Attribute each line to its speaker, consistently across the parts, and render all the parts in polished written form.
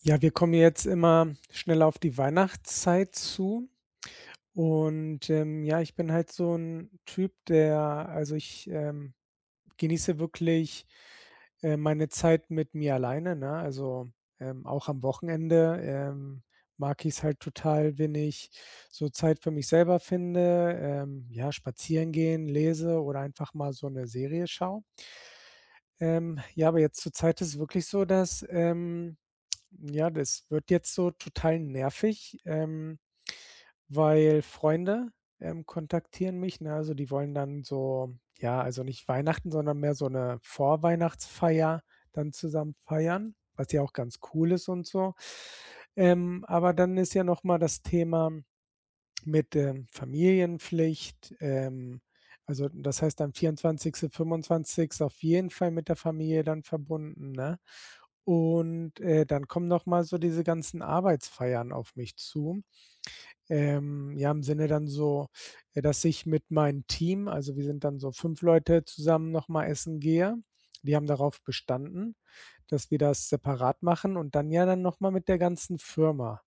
Speaker 1: Ja, wir kommen jetzt immer schneller auf die Weihnachtszeit zu und, ja, ich bin halt so ein Typ, der also, ich, genieße wirklich, meine Zeit mit mir alleine, ne? Also, auch am Wochenende, mag ich's halt total, wenn ich so Zeit für mich selber finde, ja, spazieren gehen, lese oder einfach mal so eine Serie schaue. Ja, aber jetzt zur Zeit ist es wirklich so, dass, ja, das wird jetzt so total nervig, weil Freunde, kontaktieren mich, ne? Also, die wollen dann so ja, also nicht Weihnachten, sondern mehr so eine Vorweihnachtsfeier dann zusammen feiern, was ja auch ganz cool ist und so. Aber dann ist ja noch mal das Thema mit, Familienpflicht, also das heißt am 24., 25. auf jeden Fall mit der Familie dann verbunden, ne? Und, dann kommen noch mal so diese ganzen Arbeitsfeiern auf mich zu. Ja, im Sinne dann so, dass ich mit meinem Team also wir sind dann so 5 Leute zusammen noch mal essen gehe. Die haben darauf bestanden, dass wir das separat machen und dann ja dann noch mal mit der ganzen Firma.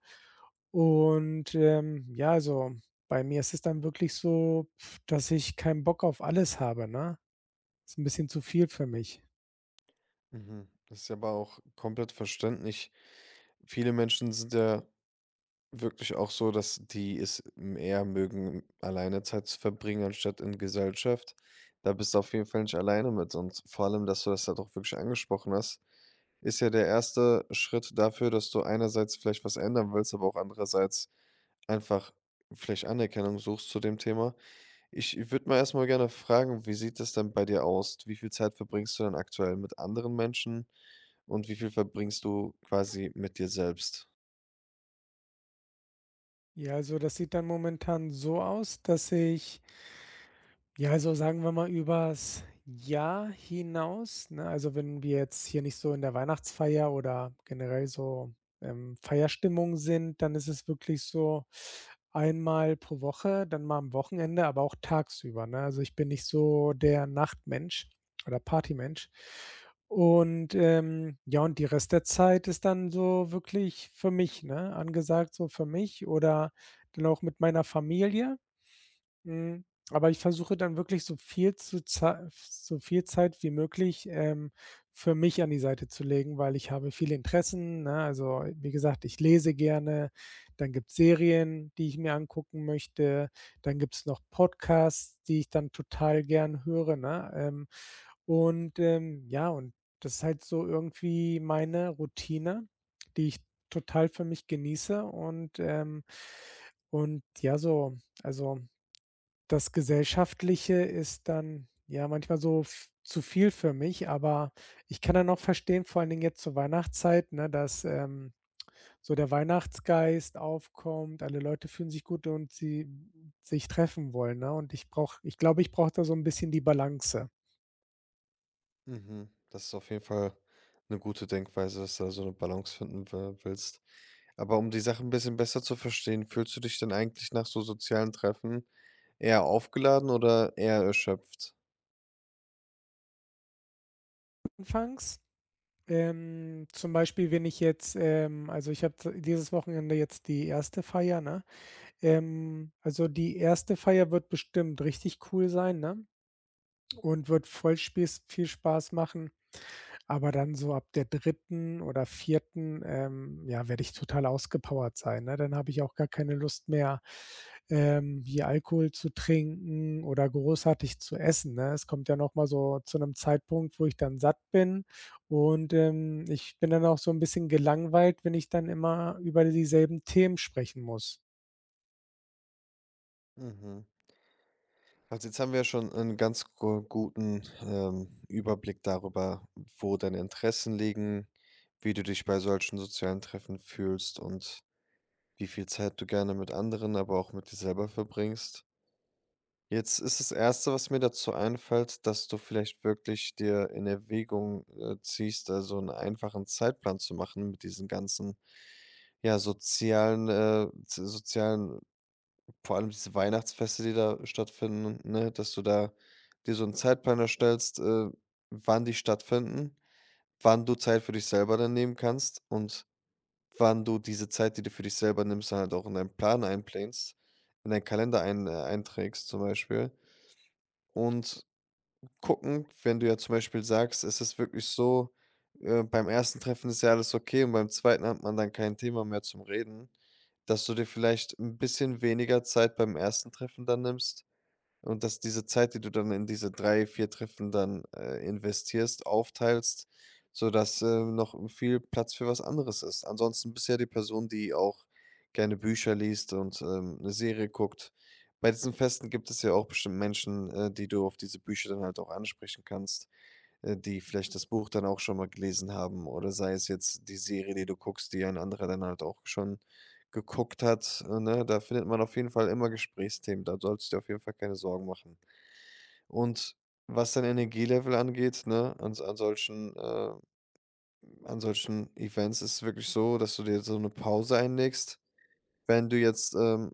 Speaker 1: Und, ja, also, bei mir ist es dann wirklich so, pf, dass ich keinen Bock auf alles habe, ne? Ist ein bisschen zu viel für mich.
Speaker 2: Mhm. Das ist ja aber auch komplett verständlich. Viele Menschen sind ja wirklich auch so, dass die es eher mögen, alleine Zeit zu verbringen, anstatt in Gesellschaft. Da bist du auf jeden Fall nicht alleine mit. Und vor allem, dass du das halt auch wirklich angesprochen hast, ist ja der erste Schritt dafür, dass du einerseits vielleicht was ändern willst, aber auch andererseits einfach vielleicht Anerkennung suchst zu dem Thema. Ich würde mal erstmal gerne fragen, wie sieht das denn bei dir aus? Wie viel Zeit verbringst du denn aktuell mit anderen Menschen und wie viel verbringst du quasi mit dir selbst?
Speaker 1: Ja, also, das sieht dann momentan so aus, dass ich ja, also sagen wir mal übers Jahr hinaus, ne? Also, wenn wir jetzt hier nicht so in der Weihnachtsfeier oder generell so, Feierstimmung sind, dann ist es wirklich so einmal pro Woche, dann mal am Wochenende, aber auch tagsüber, ne? Also, ich bin nicht so der Nachtmensch oder Partymensch. Und, ja, und die Rest der Zeit ist dann so wirklich für mich, ne, angesagt so für mich oder dann auch mit meiner Familie. Mhm. Aber ich versuche dann wirklich so viel zu Zei so viel Zeit wie möglich, für mich an die Seite zu legen, weil ich habe viele Interessen, ne? Also, wie gesagt, ich lese gerne, dann gibt's Serien, die ich mir angucken möchte, dann gibt's noch Podcasts, die ich dann total gern höre, ne? Und, ja, und das ist halt so irgendwie meine Routine, die ich total für mich genieße und ja, so also das Gesellschaftliche ist dann, ja, manchmal so v zu viel für mich, aber ich kann dann auch verstehen, vor allen Dingen jetzt zur Weihnachtszeit, ne, dass, so der Weihnachtsgeist aufkommt. Alle Leute fühlen sich gut und sie sich treffen wollen, ne? Und ich glaube, ich brauche da so ein bisschen die Balance.
Speaker 2: Mhm, das ist auf jeden Fall eine gute Denkweise, dass du da so eine Balance finden wi willst. Aber um die Sache ein bisschen besser zu verstehen, fühlst du dich denn eigentlich nach so sozialen Treffen eher aufgeladen oder eher erschöpft?
Speaker 1: Anfangs, zum Beispiel, wenn ich jetzt, also, ich habe dieses Wochenende jetzt die erste Feier, ne? Also, die erste Feier wird bestimmt richtig cool sein, ne? Und wird voll spieß viel Spaß machen. Aber dann so ab der dritten oder vierten, ja, werde ich total ausgepowert sein, ne? Dann habe ich auch gar keine Lust mehr, hier Alkohol zu trinken oder großartig zu essen, ne? Es kommt ja noch mal so zu 'nem Zeitpunkt, wo ich dann satt bin und, ich bin dann auch so 'n bisschen gelangweilt, wenn ich dann immer über dieselben Themen sprechen muss.
Speaker 2: Mhm. Also jetzt haben wir ja schon einen ganz gu guten, Überblick darüber, wo deine Interessen liegen, wie du dich bei solchen sozialen Treffen fühlst und wie viel Zeit du gerne mit anderen, aber auch mit dir selber verbringst. Jetzt ist das Erste, was mir dazu einfällt, dass du vielleicht wirklich dir in Erwägung ziehst, also einen einfachen Zeitplan zu machen mit diesen ganzen, ja, sozialen, z sozialen, vor allem diese Weihnachtsfeste, die da stattfinden, ne, dass du da dir so 'n Zeitplan erstellst, wann die stattfinden, wann du Zeit für dich selber dann nehmen kannst und wann du diese Zeit, die du für dich selber nimmst, dann halt auch in deinen Plan einplanst, in deinen Kalender einträgst zum Beispiel. Und gucken, wenn du ja zum Beispiel sagst, es ist wirklich so, beim ersten Treffen ist ja alles okay und beim zweiten hat man dann kein Thema mehr zum Reden, dass du dir vielleicht ein bisschen weniger Zeit beim ersten Treffen dann nimmst und dass diese Zeit, die du dann in diese 3 4 Treffen dann investierst, aufteilst, sodass noch viel Platz für was anderes ist. Ansonsten bist du ja die Person, die auch gerne Bücher liest und, 'ne Serie guckt. Bei diesen Festen gibt es ja auch bestimmt Menschen, die du auf diese Bücher dann halt auch ansprechen kannst, die vielleicht das Buch dann auch schon mal gelesen haben, oder sei es jetzt die Serie, die du guckst, die ein anderer dann halt auch schon geguckt hat, ne? Da findet man auf jeden Fall immer Gesprächsthemen, da sollst du dir auf jeden Fall keine Sorgen machen. Und was dein Energielevel angeht, ne, an solchen Events ist es wirklich so, dass du dir so eine Pause einlegst. Wenn du jetzt, ähm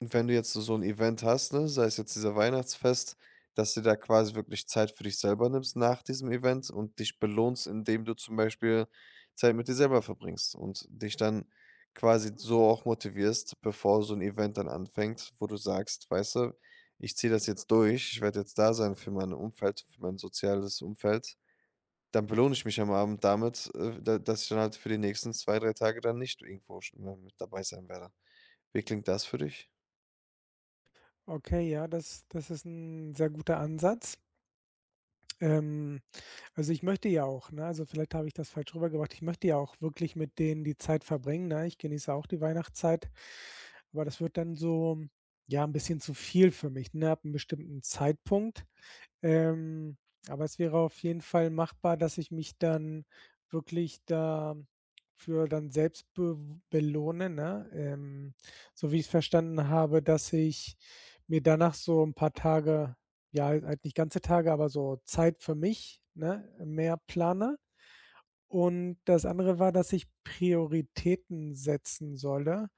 Speaker 2: wenn du jetzt so 'n Event hast, ne, sei es jetzt dieser Weihnachtsfest, dass du da quasi wirklich Zeit für dich selber nimmst nach diesem Event und dich belohnst, indem du zum Beispiel Zeit mit dir selber verbringst und dich dann quasi so auch motivierst, bevor so 'n Event dann anfängt, wo du sagst: „Weißt du, ich ziehe das jetzt durch, ich werde jetzt da sein für mein Umfeld, für mein soziales Umfeld.“ Dann belohne ich mich am Abend damit, da dass ich dann halt für die nächsten 2 3 Tage dann nicht irgendwo sch m mit dabei sein werde. Wie klingt das für dich?
Speaker 1: Okay, ja, das ist 'n sehr guter Ansatz. Ähm, also, ich möchte ja auch, ne also, vielleicht habe ich das falsch rübergebracht. Ich möchte ja auch wirklich mit denen die Zeit verbringen, ne? Ich genieße auch die Weihnachtszeit, aber das wird dann so, ja, ein bisschen zu viel für mich, ne, ab 'nem bestimmten Zeitpunkt. Ähm, aber es wäre auf jeden Fall machbar, dass ich mich dann wirklich dafür dann selbst bew belohne, ne? So wie ich es verstanden habe, dass ich mir danach so ein paar Tage ja, halt nicht ganze Tage, aber so Zeit für mich, ne, mehr plane. Und das andere war, dass ich Prioritäten setzen solle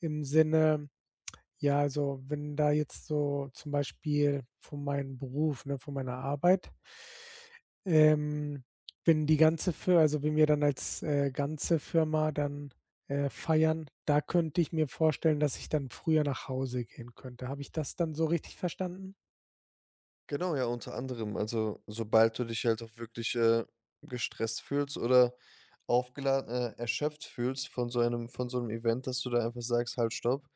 Speaker 1: im Sinne ja, also wenn da jetzt so zum Beispiel von meinem Beruf, ne, von meiner Arbeit, ähm, wenn die ganze Firma, also wenn wir dann als, ganze Firma dann, feiern, da könnte ich mir vorstellen, dass ich dann früher nach Hause gehen könnte. Habe ich das dann so richtig verstanden?
Speaker 2: Genau, ja, unter anderem. Also, sobald du dich halt auch wirklich, gestresst fühlst oder aufgeladen erschöpft fühlst von so einem Event, dass du da einfach sagst: „Halt, stopp,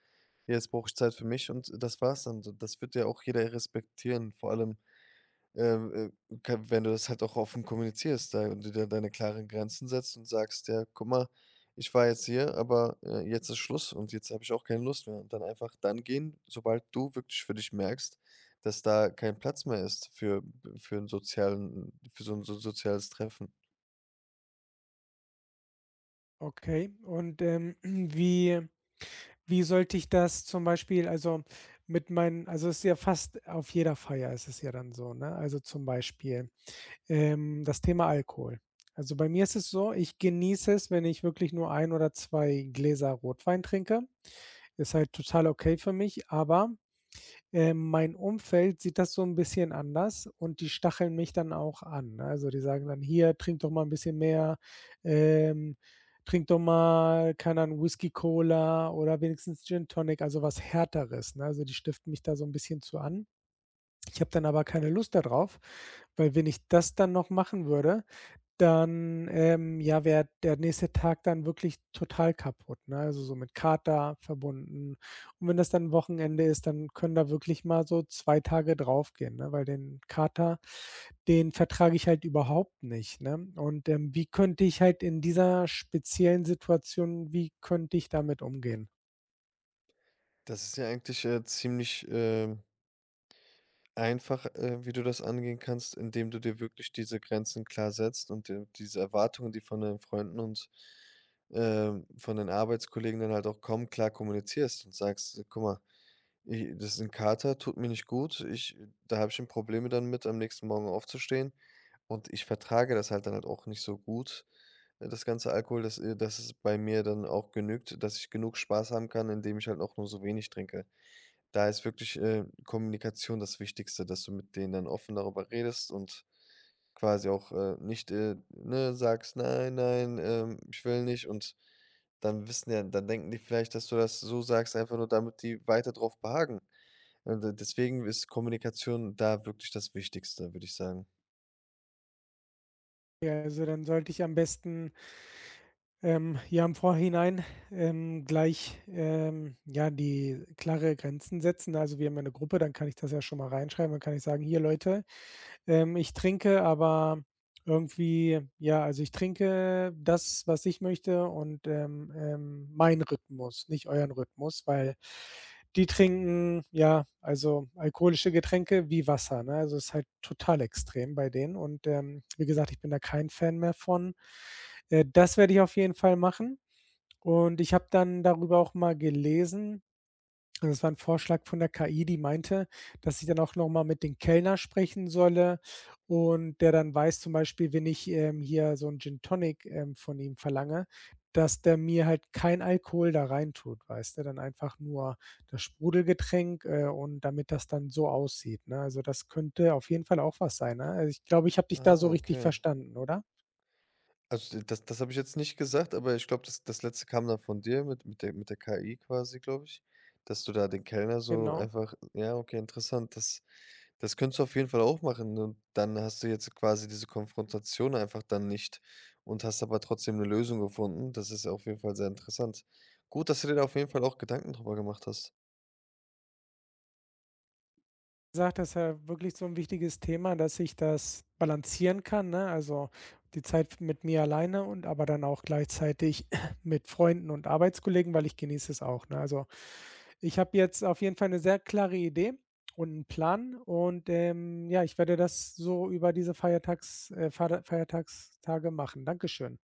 Speaker 2: jetzt brauche ich Zeit für mich und das war's dann.“ D Das wird ja auch jeder respektieren. Vor allem ka wenn du das halt auch offen kommunizierst da und dir da deine klaren Grenzen setzt und sagst: „Ja, guck mal, ich war jetzt hier, aber, jetzt ist Schluss und jetzt habe ich auch keine Lust mehr.“ Und dann einfach dann gehen, sobald du wirklich für dich merkst, dass da kein Platz mehr ist für 'n sozialen für so 'n so soziales Treffen.
Speaker 1: Okay. Und, wie sollte ich das zum Beispiel also mit meinen also, es ist ja fast auf jeder Feier ist es ja dann so, ne? Also, zum Beispiel das Thema Alkohol. Also, bei mir ist es so, ich genieße es, wenn ich wirklich nur ein oder 2 Gläser Rotwein trinke. Ist halt total okay für mich, aber, mein Umfeld sieht das so ein bisschen anders und die stacheln mich dann auch an, ne? Also, die sagen dann: „Hier, trink doch mal ein bisschen mehr, ähm, trink doch mal, keine Ahnung, Whisky Cola oder wenigstens Gin Tonic", also was Härteres, ne? Also, die stiften mich da so ein bisschen zu an. Ich habe dann aber keine Lust darauf, weil wenn ich das dann noch machen würde, dann, ja, wäre der nächste Tag dann wirklich total kaputt, ne? Also, so mit Kater verbunden. Und wenn das dann Wochenende ist, dann können da wirklich mal so 2 Tage draufgehen, ne? Weil den Kater, den vertrage ich halt überhaupt nicht, ne? Und, wie könnte ich halt in dieser speziellen Situation wie könnte ich damit umgehen?
Speaker 2: Das ist ja eigentlich, ziemlich, einfach, wie du das angehen kannst, indem du dir wirklich diese Grenzen klar setzt und dir diese Erwartungen, die von deinen Freunden und, von den Arbeitskollegen dann halt auch kommen, klar kommunizierst und sagst: „Guck mal, i das ist 'n Kater, tut mir nicht gut. Ich Da habe ich schon Probleme dann mit, am nächsten Morgen aufzustehen, und ich vertrage das halt dann halt auch nicht so gut, das ganze Alkohol, dass, dass es bei mir dann auch genügt, dass ich genug Spaß haben kann, indem ich halt auch nur so wenig trinke.“ Da ist wirklich, Kommunikation das Wichtigste, dass du mit denen dann offen darüber redest und quasi auch, nicht, ne, sagst: „Nein, nein, ich will nicht.“ Und dann wissen ja dann denken die vielleicht, dass du das so sagst, einfach nur damit die weiter drauf beharren. Deswegen ist Kommunikation da wirklich das Wichtigste, würde ich sagen.
Speaker 1: Ja, also, dann sollte ich am besten ja, im Vorhinein, gleich, ja, die klare Grenzen setzen. Also, wir haben ja 'ne Gruppe, dann kann ich das ja schon mal reinschreiben. Dann kann ich sagen: „Hier Leute, ich trinke, aber irgendwie ja, also ich trinke das, was ich möchte und, meinen Rhythmus, nicht euren Rhythmus, weil die trinken ja, also alkoholische Getränke wie Wasser, ne? Also, es ist halt total extrem bei denen und, wie gesagt, ich bin da kein Fan mehr von. Das werde ich auf jeden Fall machen und ich habe dann darüber auch mal gelesen also, es war 'n Vorschlag von der KI, die meinte, dass ich dann auch noch mal mit dem Kellner sprechen solle und der dann weiß zum Beispiel, wenn ich, hier so 'n Gin Tonic, von ihm verlange, dass der mir halt kein Alkohol da reintut, weißt du? Dann einfach nur das Sprudelgetränk, und damit das dann so aussieht, ne? Also, das könnte auf jeden Fall auch was sein, ne? Also, ich glaube, ich habe dich da
Speaker 2: Ah,
Speaker 1: so richtig
Speaker 2: okay.
Speaker 1: verstanden, oder?
Speaker 2: Also, das habe ich jetzt nicht gesagt, aber ich glaube, das Letzte kam dann von dir mit der KI quasi, glaube ich, dass du da den Kellner so
Speaker 1: Genau.
Speaker 2: einfach, ja, okay, interessant. Das könntest du auf jeden Fall auch machen und dann hast du jetzt quasi diese Konfrontation einfach dann nicht und hast aber trotzdem eine Lösung gefunden. Das ist auf jeden Fall sehr interessant. Gut, dass du dir da auf jeden Fall auch Gedanken drüber gemacht hast.
Speaker 1: Gesagt, das ist ja wirklich so ein wichtiges Thema, dass ich das balancieren kann, ne? Also, die Zeit mit mir alleine und aber dann auch gleichzeitig mit Freunden und Arbeitskollegen, weil ich genieße es auch, ne? Also, ich habe jetzt auf jeden Fall eine sehr klare Idee und einen Plan und, ja, ich werde das so über diese Feiertagstage machen. Dankeschön.